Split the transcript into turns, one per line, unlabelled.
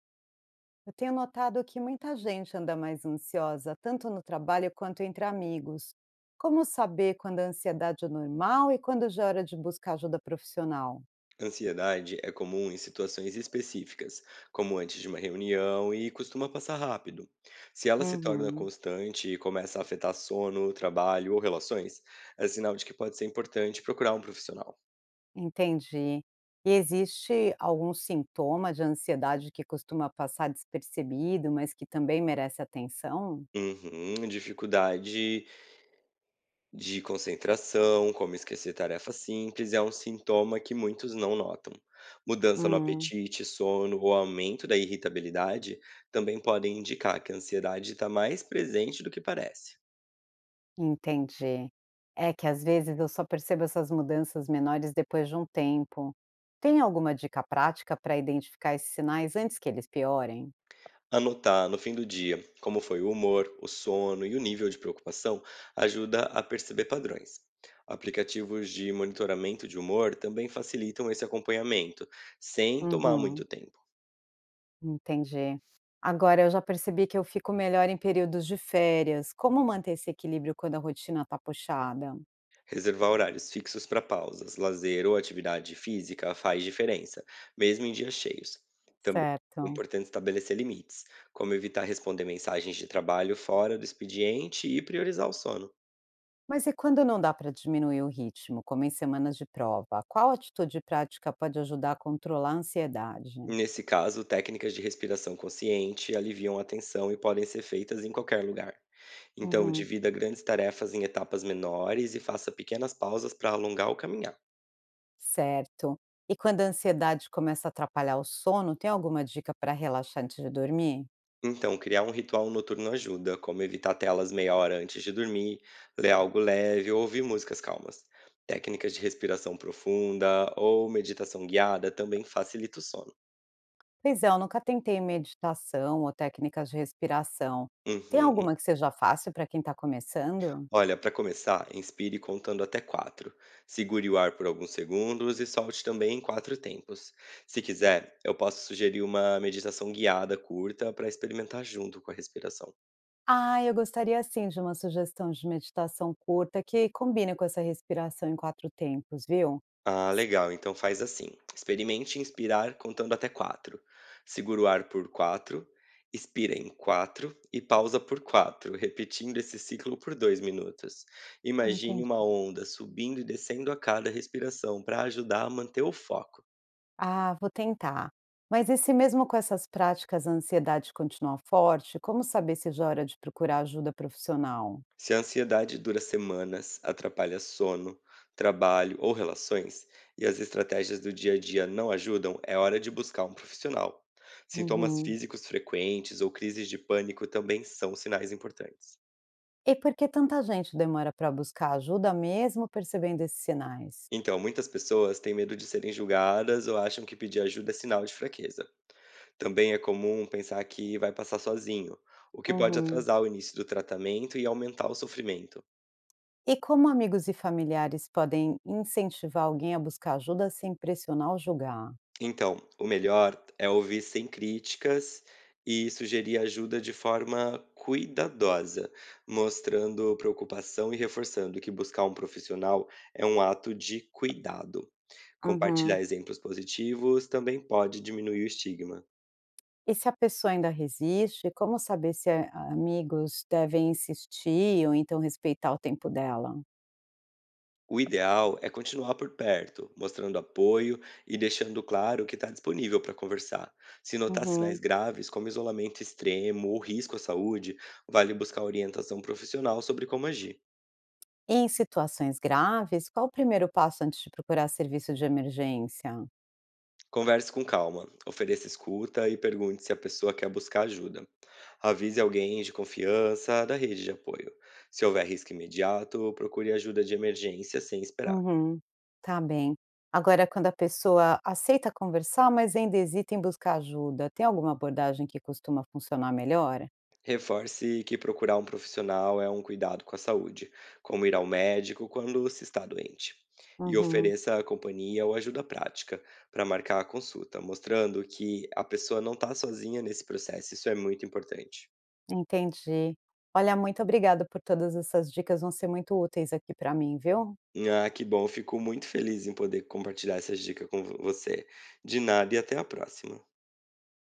Eu tenho notado que muita gente anda mais ansiosa, tanto no trabalho quanto entre amigos. Como saber quando a ansiedade é normal e quando já é hora de buscar ajuda profissional?
Ansiedade é comum em situações específicas, como antes de uma reunião, e costuma passar rápido. Se ela se torna
Uhum,
constante e começa a afetar sono, trabalho ou relações, é sinal de que pode ser importante procurar um profissional.
entendi. E existe algum sintoma de ansiedade que costuma passar despercebido, mas que também merece atenção?
Uhum, dificuldade de concentração, como esquecer tarefas simples, é um sintoma que muitos não notam. Mudança no apetite, sono ou aumento da irritabilidade também podem indicar que a ansiedade está mais presente do que parece.
Entendi. É que às vezes eu só percebo essas mudanças menores depois de um tempo. Tem alguma dica prática para identificar esses sinais antes que eles piorem?
Anotar, no fim do dia, como foi o humor, o sono e o nível de preocupação ajuda a perceber padrões. Aplicativos de monitoramento de humor também facilitam esse acompanhamento, sem tomar
Uhum,
muito tempo.
entendi. Agora eu já percebi que eu fico melhor em períodos de férias. Como manter esse equilíbrio quando a rotina está puxada?
Reservar horários fixos para pausas, lazer ou atividade física faz diferença, mesmo em dias cheios. Também é
Certo.
importante estabelecer limites, como evitar responder mensagens de trabalho fora do expediente e priorizar o sono.
Mas e quando não dá para diminuir o ritmo, como em semanas de prova? Qual atitude prática pode ajudar a controlar a ansiedade?
Nesse caso, técnicas de respiração consciente aliviam a tensão e podem ser feitas em qualquer lugar. Então,
Uhum.
divida grandes tarefas em etapas menores e faça pequenas pausas para alongar ou caminhar.
Certo. E quando a ansiedade começa a atrapalhar o sono, tem alguma dica para relaxar antes de dormir?
Então, criar um ritual noturno ajuda, como evitar telas meia hora antes de dormir, ler algo leve ou ouvir músicas calmas. Técnicas de respiração profunda ou meditação guiada também facilita o sono.
Pois é, eu nunca tentei meditação ou técnicas de respiração. Tem
Uhum.
alguma que seja fácil para quem está começando?
Olha, para começar, inspire contando até 4, segure o ar por alguns segundos e solte também em 4 tempos. Se quiser, eu posso sugerir uma meditação guiada curta para experimentar junto com a respiração.
Ah, eu gostaria sim de uma sugestão de meditação curta que combine com essa respiração em quatro tempos, viu?
Ah, legal, então faz assim. Experimente inspirar contando até 4, segura o ar por 4, expira em 4 e pausa por 4, repetindo esse ciclo por 2 minutos. Imagine
Entendi.
uma onda subindo e descendo a cada respiração para ajudar a manter o foco.
Ah, vou tentar. Mas e se mesmo com essas práticas a ansiedade continua forte, como saber se já é hora de procurar ajuda profissional?
Se a ansiedade dura semanas, atrapalha sono, trabalho ou relações, e as estratégias do dia a dia não ajudam, é hora de buscar um profissional. Sintomas
Uhum.
físicos frequentes ou crises de pânico também são sinais importantes.
E por que tanta gente demora para buscar ajuda mesmo percebendo esses sinais?
Então, muitas pessoas têm medo de serem julgadas ou acham que pedir ajuda é sinal de fraqueza. Também é comum pensar que vai passar sozinho, o que pode
Uhum.
atrasar o início do tratamento e aumentar o sofrimento.
E como amigos e familiares podem incentivar alguém a buscar ajuda sem pressionar ou julgar?
Então, o melhor é ouvir sem críticas e sugerir ajuda de forma cuidadosa, mostrando preocupação e reforçando que buscar um profissional é um ato de cuidado.
Uhum.
Compartilhar exemplos positivos também pode diminuir o estigma.
E se a pessoa ainda resiste, como saber se amigos devem insistir ou então respeitar o tempo dela?
O ideal é continuar por perto, mostrando apoio e deixando claro que está disponível para conversar. Se notar
Uhum.
sinais graves, como isolamento extremo ou risco à saúde, vale buscar orientação profissional sobre como agir.
E em situações graves, qual o primeiro passo antes de procurar serviço de emergência?
Converse com calma, ofereça escuta e pergunte se a pessoa quer buscar ajuda. Avise alguém de confiança da rede de apoio. Se houver risco imediato, procure ajuda de emergência sem esperar.
Uhum, tá bem. Agora, quando a pessoa aceita conversar, mas ainda hesita em buscar ajuda, tem alguma abordagem que costuma funcionar melhor?
Reforce que procurar um profissional é um cuidado com a saúde, como ir ao médico quando se está doente. E
Uhum,
ofereça companhia ou ajuda prática para marcar a consulta, mostrando que a pessoa não está sozinha nesse processo. Isso é muito importante.
entendi. Olha, muito obrigada por todas essas dicas, vão ser muito úteis aqui para mim, viu?
Ah, que bom. Fico muito feliz em poder compartilhar essas dicas com vo você. De nada e até a próxima.